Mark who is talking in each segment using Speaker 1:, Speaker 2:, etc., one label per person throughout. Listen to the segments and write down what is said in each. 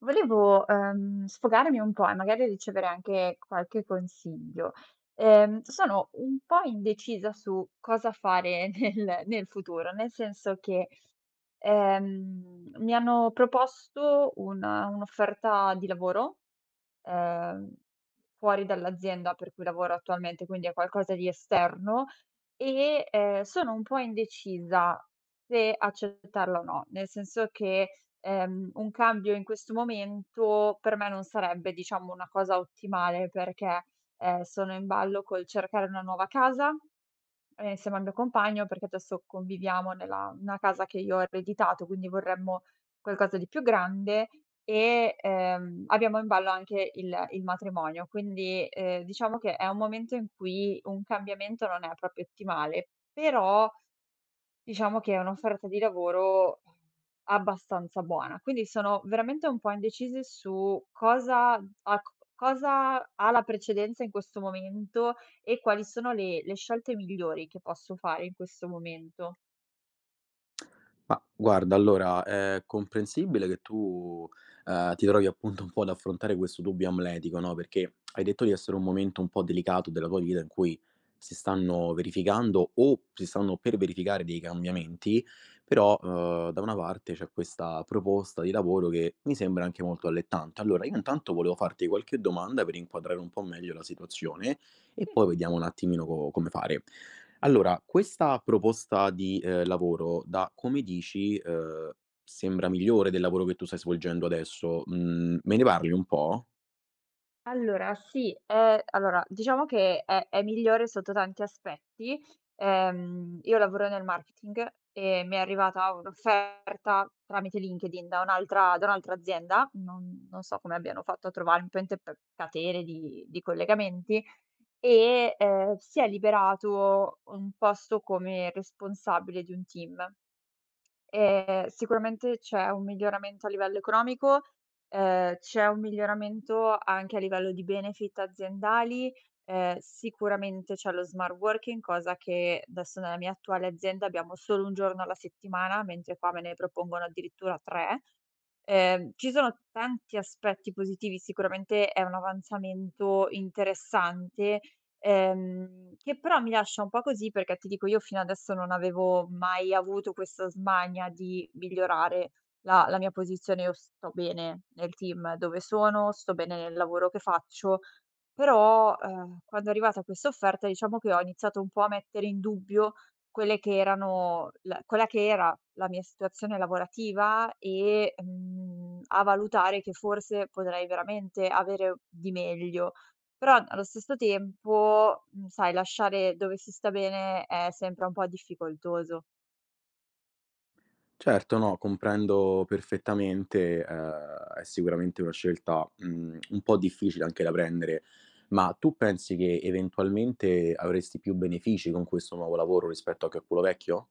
Speaker 1: Volevo, sfogarmi un po' e magari ricevere anche qualche consiglio. Sono un po' indecisa su cosa fare nel futuro, nel senso che, mi hanno proposto una un'offerta di lavoro, ehm, fuori dall'azienda per cui lavoro attualmente, quindi è qualcosa di esterno e, sono un po' indecisa se accettarla o no, nel senso che, un cambio in questo momento per me non sarebbe, diciamo, una cosa ottimale perché, sono in ballo col cercare una nuova casa, insieme al mio compagno, perché adesso conviviamo nella una casa che io ho ereditato, quindi vorremmo qualcosa di più grande e, abbiamo in ballo anche il matrimonio. Quindi, diciamo che è un momento in cui un cambiamento non è proprio ottimale, però diciamo che è un'offerta di lavoro abbastanza buona, quindi sono veramente un po' indecisi su cosa a c cosa ha la precedenza in questo momento e quali sono le scelte migliori che posso fare in questo momento.
Speaker 2: Ma guarda, allora è comprensibile che tu, ti trovi appunto un po' ad affrontare questo dubbio amletico, no, perché hai detto di essere un momento un po' delicato della tua vita in cui si stanno verificando o si stanno per verificare dei
Speaker 1: Mh-mh.
Speaker 2: cambiamenti, però, da una parte c'è questa proposta di lavoro che mi sembra anche molto allettante. Allora io intanto volevo farti qualche domanda per inquadrare un po' meglio la situazione e
Speaker 1: Sì,
Speaker 2: poi vediamo un attimino co come fare.
Speaker 1: cer
Speaker 2: Allora, questa proposta di, lavoro da come dici, sembra migliore del lavoro che tu stai svolgendo adesso. Mhmm, me ne parli un po'?
Speaker 1: allora sì, allora diciamo che è migliore sotto tanti aspetti. Io lavoro nel marketing e mi è arrivata un'offerta tramite LinkedIn da un'altra azienda, non so come abbiano fatto a trovarmi, probabilmente per catene di collegamenti, e, si è liberato un posto come responsabile di un team. Sicuramente c'è un miglioramento a livello economico, c'è un miglioramento anche a livello di benefit aziendali, sicuramente c'è lo smart working, cosa che adesso nella mia attuale azienda abbiamo solo 1 giorno alla settimana, mentre qua me ne propongono addirittura 3. Ci sono tanti aspetti positivi, sicuramente è un avanzamento interessante, che però mi lascia un po' così perché ti dico io fino adesso non avevo mai avuto questa smania di migliorare la mia posizione. Io sto bene nel team dove sono, sto bene nel lavoro che faccio però, quando è arrivata questa offerta, diciamo che ho iniziato un po' a mettere in dubbio quelle che erano la quella che era la mia situazione lavorativa e, a valutare che forse potrei veramente avere di meglio. Però allo stesso tempo, sai, lasciare dove si sta bene è sempre un po' difficoltoso.
Speaker 2: Certo, no, comprendo perfettamente, è sicuramente una scelta, mhmm, un po' difficile anche da prendere, ma tu pensi che eventualmente avresti più benefici con questo nuovo lavoro rispetto a che quello vecchio?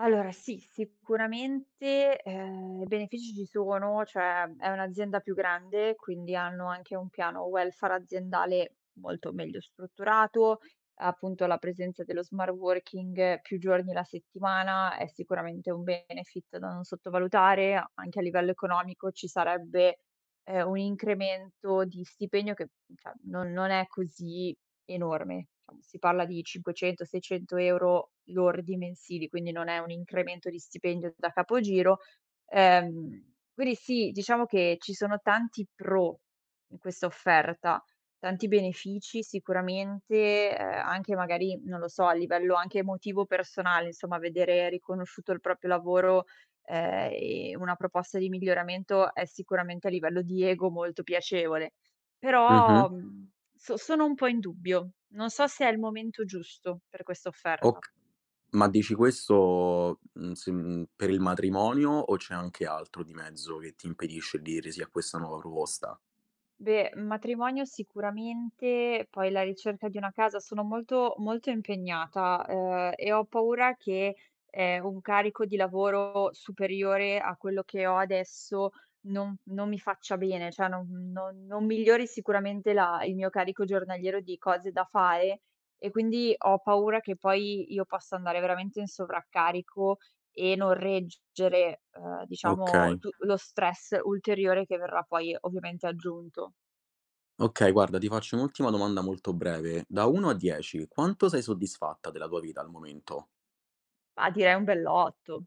Speaker 1: Allora sì, sicuramente, benefici ci sono, cioè è un'azienda più grande, quindi hanno anche un piano welfare aziendale molto meglio strutturato, appunto la presenza dello smart working più giorni la settimana è sicuramente un benefit da non sottovalutare, a anche a livello economico ci sarebbe, un incremento di stipendio che, cioè non è così enorme. Diciamo, si parla di 500, 600 € lordi mensili, quindi non è un incremento di stipendio da capogiro. Quindi sì, diciamo che ci sono tanti pro in questa offerta, tanti benefici sicuramente, anche magari, non lo so, a livello anche emotivo personale, insomma, vedere riconosciuto il proprio lavoro, e una proposta di miglioramento è sicuramente a livello di ego molto piacevole.
Speaker 2: Mh-mh.
Speaker 1: Però, sono un po' in dubbio. Non so se è il momento giusto per questa offerta.
Speaker 2: Oc Ma dici questo, mhmm, se mhmm, per il matrimonio o c'è anche altro di mezzo che ti impedisce di dire sì a questa nuova proposta?
Speaker 1: Beh, matrimonio sicuramente, poi la ricerca di una casa sono molto, molto impegnata, e ho paura che, un carico di lavoro superiore a quello che ho adesso non mi faccia bene, cioè non migliori sicuramente la il mio carico giornaliero di cose da fare e quindi ho paura che poi io possa andare veramente in sovraccarico e non reggere, diciamo
Speaker 2: Okay.
Speaker 1: tu lo stress ulteriore che verrà poi ovviamente aggiunto.
Speaker 2: Okay, guarda ti faccio un'ultima domanda molto breve. Da 1 a 10 quanto sei soddisfatta della tua vita al momento?
Speaker 1: Ma direi un bell'8.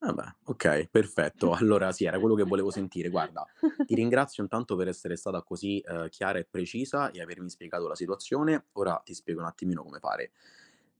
Speaker 2: Ah beh, okay, perfetto. Allora sì, era quello che volevo sentire. Guarda, ti ringrazio intanto per essere stata così, chiara e precisa e avermi spiegato la situazione. Ora ti spiego un attimino come fare.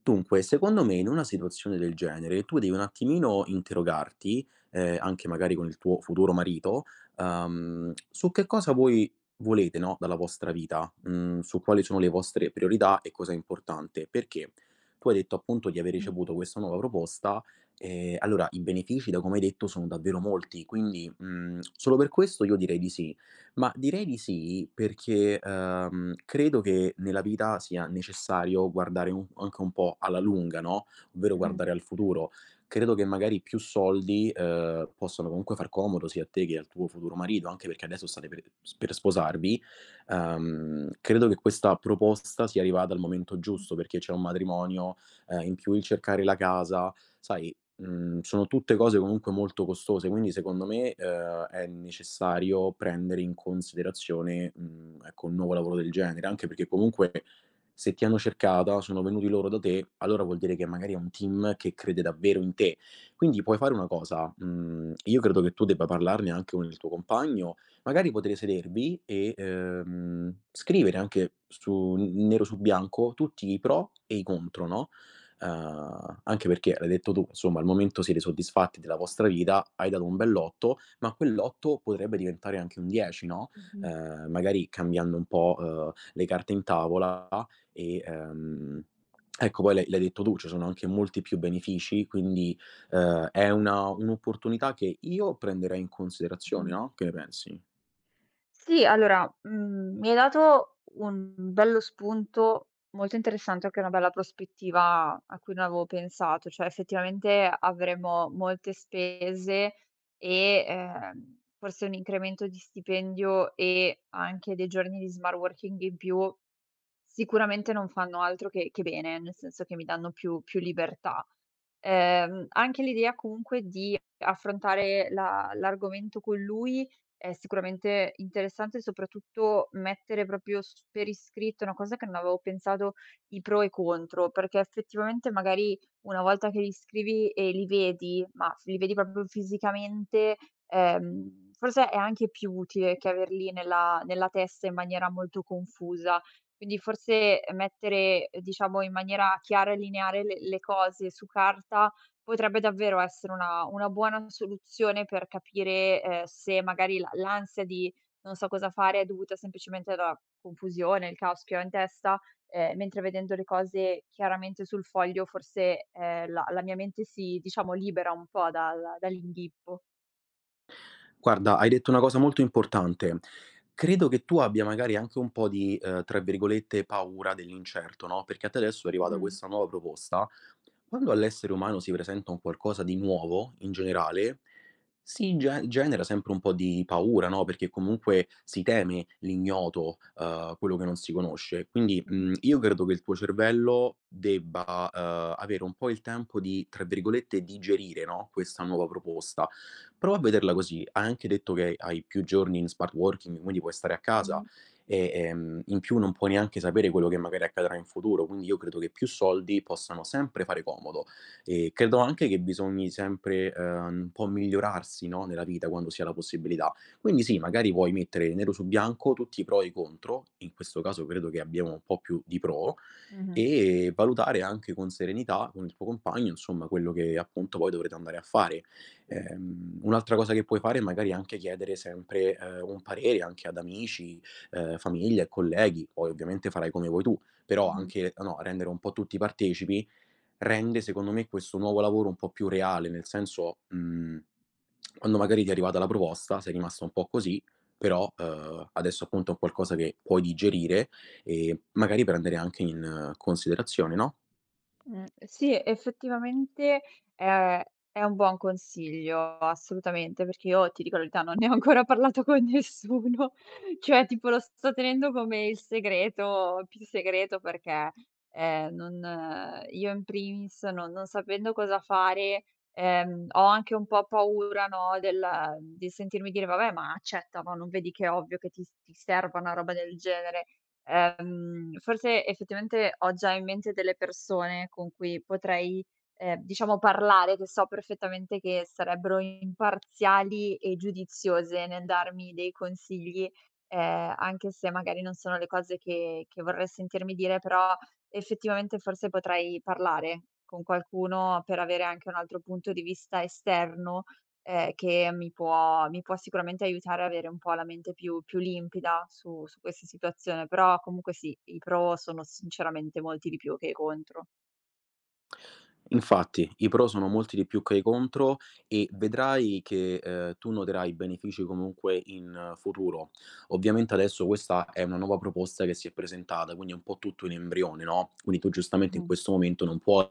Speaker 2: Dunque, secondo me in una situazione del genere tu devi un attimino interrogarti, anche magari con il tuo futuro marito, su che cosa voi volete, no, dalla vostra vita, mhmm, su quali sono le vostre priorità e cosa è importante. Perché tu hai detto appunto di aver
Speaker 1: Mh-mh,
Speaker 2: ricevuto questa nuova proposta. Allora i benefici da come hai detto sono davvero molti, quindi, mhmm, solo per questo io direi di sì. Ma direi di sì perché, credo che nella vita sia necessario guardare un anche un po' alla lunga, no, ovvero
Speaker 1: mh-mh,
Speaker 2: guardare al futuro. Credo che magari più soldi, possano comunque far comodo sia a te che al tuo futuro marito, anche perché adesso state per sposarvi. Credo che questa proposta sia arrivata al momento
Speaker 1: mh,
Speaker 2: giusto perché c'è un matrimonio, in più il cercare la casa, sai. Mhmm, sono tutte cose comunque molto costose, quindi secondo me, è necessario prendere in considerazione, mhmm, ecco, un nuovo lavoro del genere, anche perché comunque se ti hanno cercata, sono venuti loro da te, allora vuol dire che magari è un team che crede davvero in te. Quindi puoi fare una cosa, mhmm, io credo che tu debba parlarne anche con il tuo compagno, magari potete sedervi e, scrivere anche su n nero su bianco tutti i pro e i contro, no. Anche perché l'hai detto tu, insomma al momento siete soddisfatti della vostra vita, hai dato un bell'8, ma quell'8 potrebbe diventare anche un 10, no,
Speaker 1: mh-mh,
Speaker 2: magari cambiando un po', le carte in tavola e, ecco poi l'hai detto tu, ci sono anche molti più benefici, quindi, è una un'opportunità che io prenderei in considerazione,
Speaker 1: mh-mh.
Speaker 2: no, che ne pensi?
Speaker 1: Sì, allora, mi hai dato un bello spunto molto interessante, anche una bella prospettiva a cui non avevo pensato, cioè effettivamente avremo molte spese e, forse un incremento di stipendio e anche dei giorni di smart working in più, sicuramente non fanno altro che bene, nel senso che mi danno più libertà. Anche l'idea comunque di affrontare la l'argomento con lui è sicuramente interessante, soprattutto mettere proprio s per iscritto, è una cosa che non avevo pensato, i pro e i contro, perché effettivamente magari una volta che li scrivi e li vedi, ma f li vedi proprio fisicamente, forse è anche più utile che averli nella testa in maniera molto confusa. Quindi forse mettere, diciamo, in maniera chiara e lineare le cose su carta potrebbe davvero essere una buona soluzione per capire, se magari la l'ansia di non so cosa fare è dovuta semplicemente alla confusione, il caos che ho in testa, mentre vedendo le cose chiaramente sul foglio forse, la mia mente si, diciamo, libera un po' dall'inghippo.
Speaker 2: Guarda, hai detto una cosa molto importante. Credo che tu abbia magari anche un po' di, tra virgolette, "paura dell'incerto", no, perché a te adesso è arrivata
Speaker 1: Mh-mh.
Speaker 2: questa nuova proposta quando all'essere umano si presenta un qualcosa di nuovo, in generale, si genera sempre un po' di paura, no? Perché comunque si teme l'ignoto, quello che non si conosce. Quindi,
Speaker 1: Mh-mh.
Speaker 2: io credo che il tuo cervello debba, avere un po' il tempo di, tra virgolette, digerire, no? Questa nuova proposta. Prova a vederla così. Hai anche detto che hai più giorni in smart working, quindi puoi stare a casa
Speaker 1: Mh.
Speaker 2: e, in più non puoi neanche sapere quello che magari accadrà in futuro, quindi io credo che più soldi possano sempre fare comodo. E credo anche che bisogni sempre, un po' migliorarsi, no, nella vita quando si ha la possibilità. Quindi sì, magari puoi mettere nero su bianco tutti i pro e i contro, in questo caso credo che abbiamo un po' più di pro,
Speaker 1: Mh-mh.
Speaker 2: e valutare anche con serenità, con il tuo compagno, insomma, quello che appunto poi dovrete andare a fare. Un'altra cosa che puoi fare è magari anche chiedere sempre, un parere anche ad amici, famiglia e colleghi, poi ovviamente farai come vuoi tu, però
Speaker 1: Mh-mh.
Speaker 2: anche, no, rendere un po' tutti partecipi, rende secondo me questo nuovo lavoro un po' più reale, nel senso, mhmm, quando magari ti è arrivata la proposta, sei rimasto un po' così, però, adesso appunto è un qualcosa che puoi digerire e magari prendere anche in considerazione, no?
Speaker 1: Sì, effettivamente è è un buon consiglio, assolutamente, perché io ti dico la verità, non ne ho ancora parlato con nessuno, cioè tipo lo sto tenendo come il segreto più segreto perché, non io in primis non sapendo cosa fare, ho anche un po' paura, no, del di sentirmi dire: "Vabbè, ma accetta, ma non vedi che è ovvio che ti serva una roba del genere?" Forse effettivamente ho già in mente delle persone con cui potrei, diciamo parlare, che so perfettamente che sarebbero imparziali e giudiziose nel darmi dei consigli, anche se magari non sono le cose che vorrei sentirmi dire, però effettivamente forse potrei parlare con qualcuno per avere anche un altro punto di vista esterno, che mi può sicuramente aiutare a avere un po' la mente più limpida su questa situazione, però comunque sì, i pro sono sinceramente molti di più che i contro.
Speaker 2: Infatti, i pro sono molti di più che i contro e vedrai che, tu noterai benefici comunque in futuro. Ovviamente adesso questa è una nuova proposta che si è presentata, quindi è un po' tutto in embrione, no, quindi tu giustamente in
Speaker 1: Mh-mh.
Speaker 2: questo momento non puoi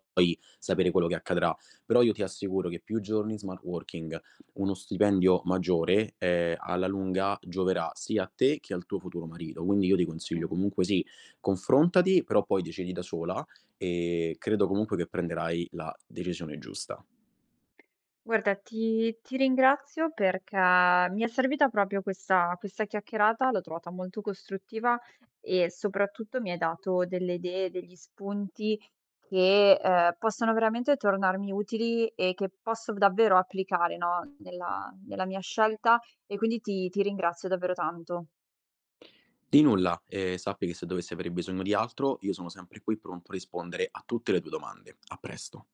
Speaker 2: sapere quello che accadrà, però io ti assicuro che più giorni in smart working, uno stipendio maggiore, alla lunga gioverà sia a te che al tuo futuro marito. Quindi io ti consiglio
Speaker 1: Mh.
Speaker 2: comunque sì, confrontati, però poi decidi da sola e credo comunque che prenderai la decisione giusta.
Speaker 1: Guarda, ti ringrazio perché mi è servita proprio questa chiacchierata, l'ho trovata molto costruttiva e soprattutto mi hai dato delle idee, degli spunti che, possono veramente tornarmi utili e che posso davvero applicare, no, nella mia scelta e quindi ti ringrazio davvero tanto.
Speaker 2: Di nulla, e sappi che se dovessi avere bisogno di altro, io sono sempre qui pronto a rispondere a tutte le tue domande. A presto.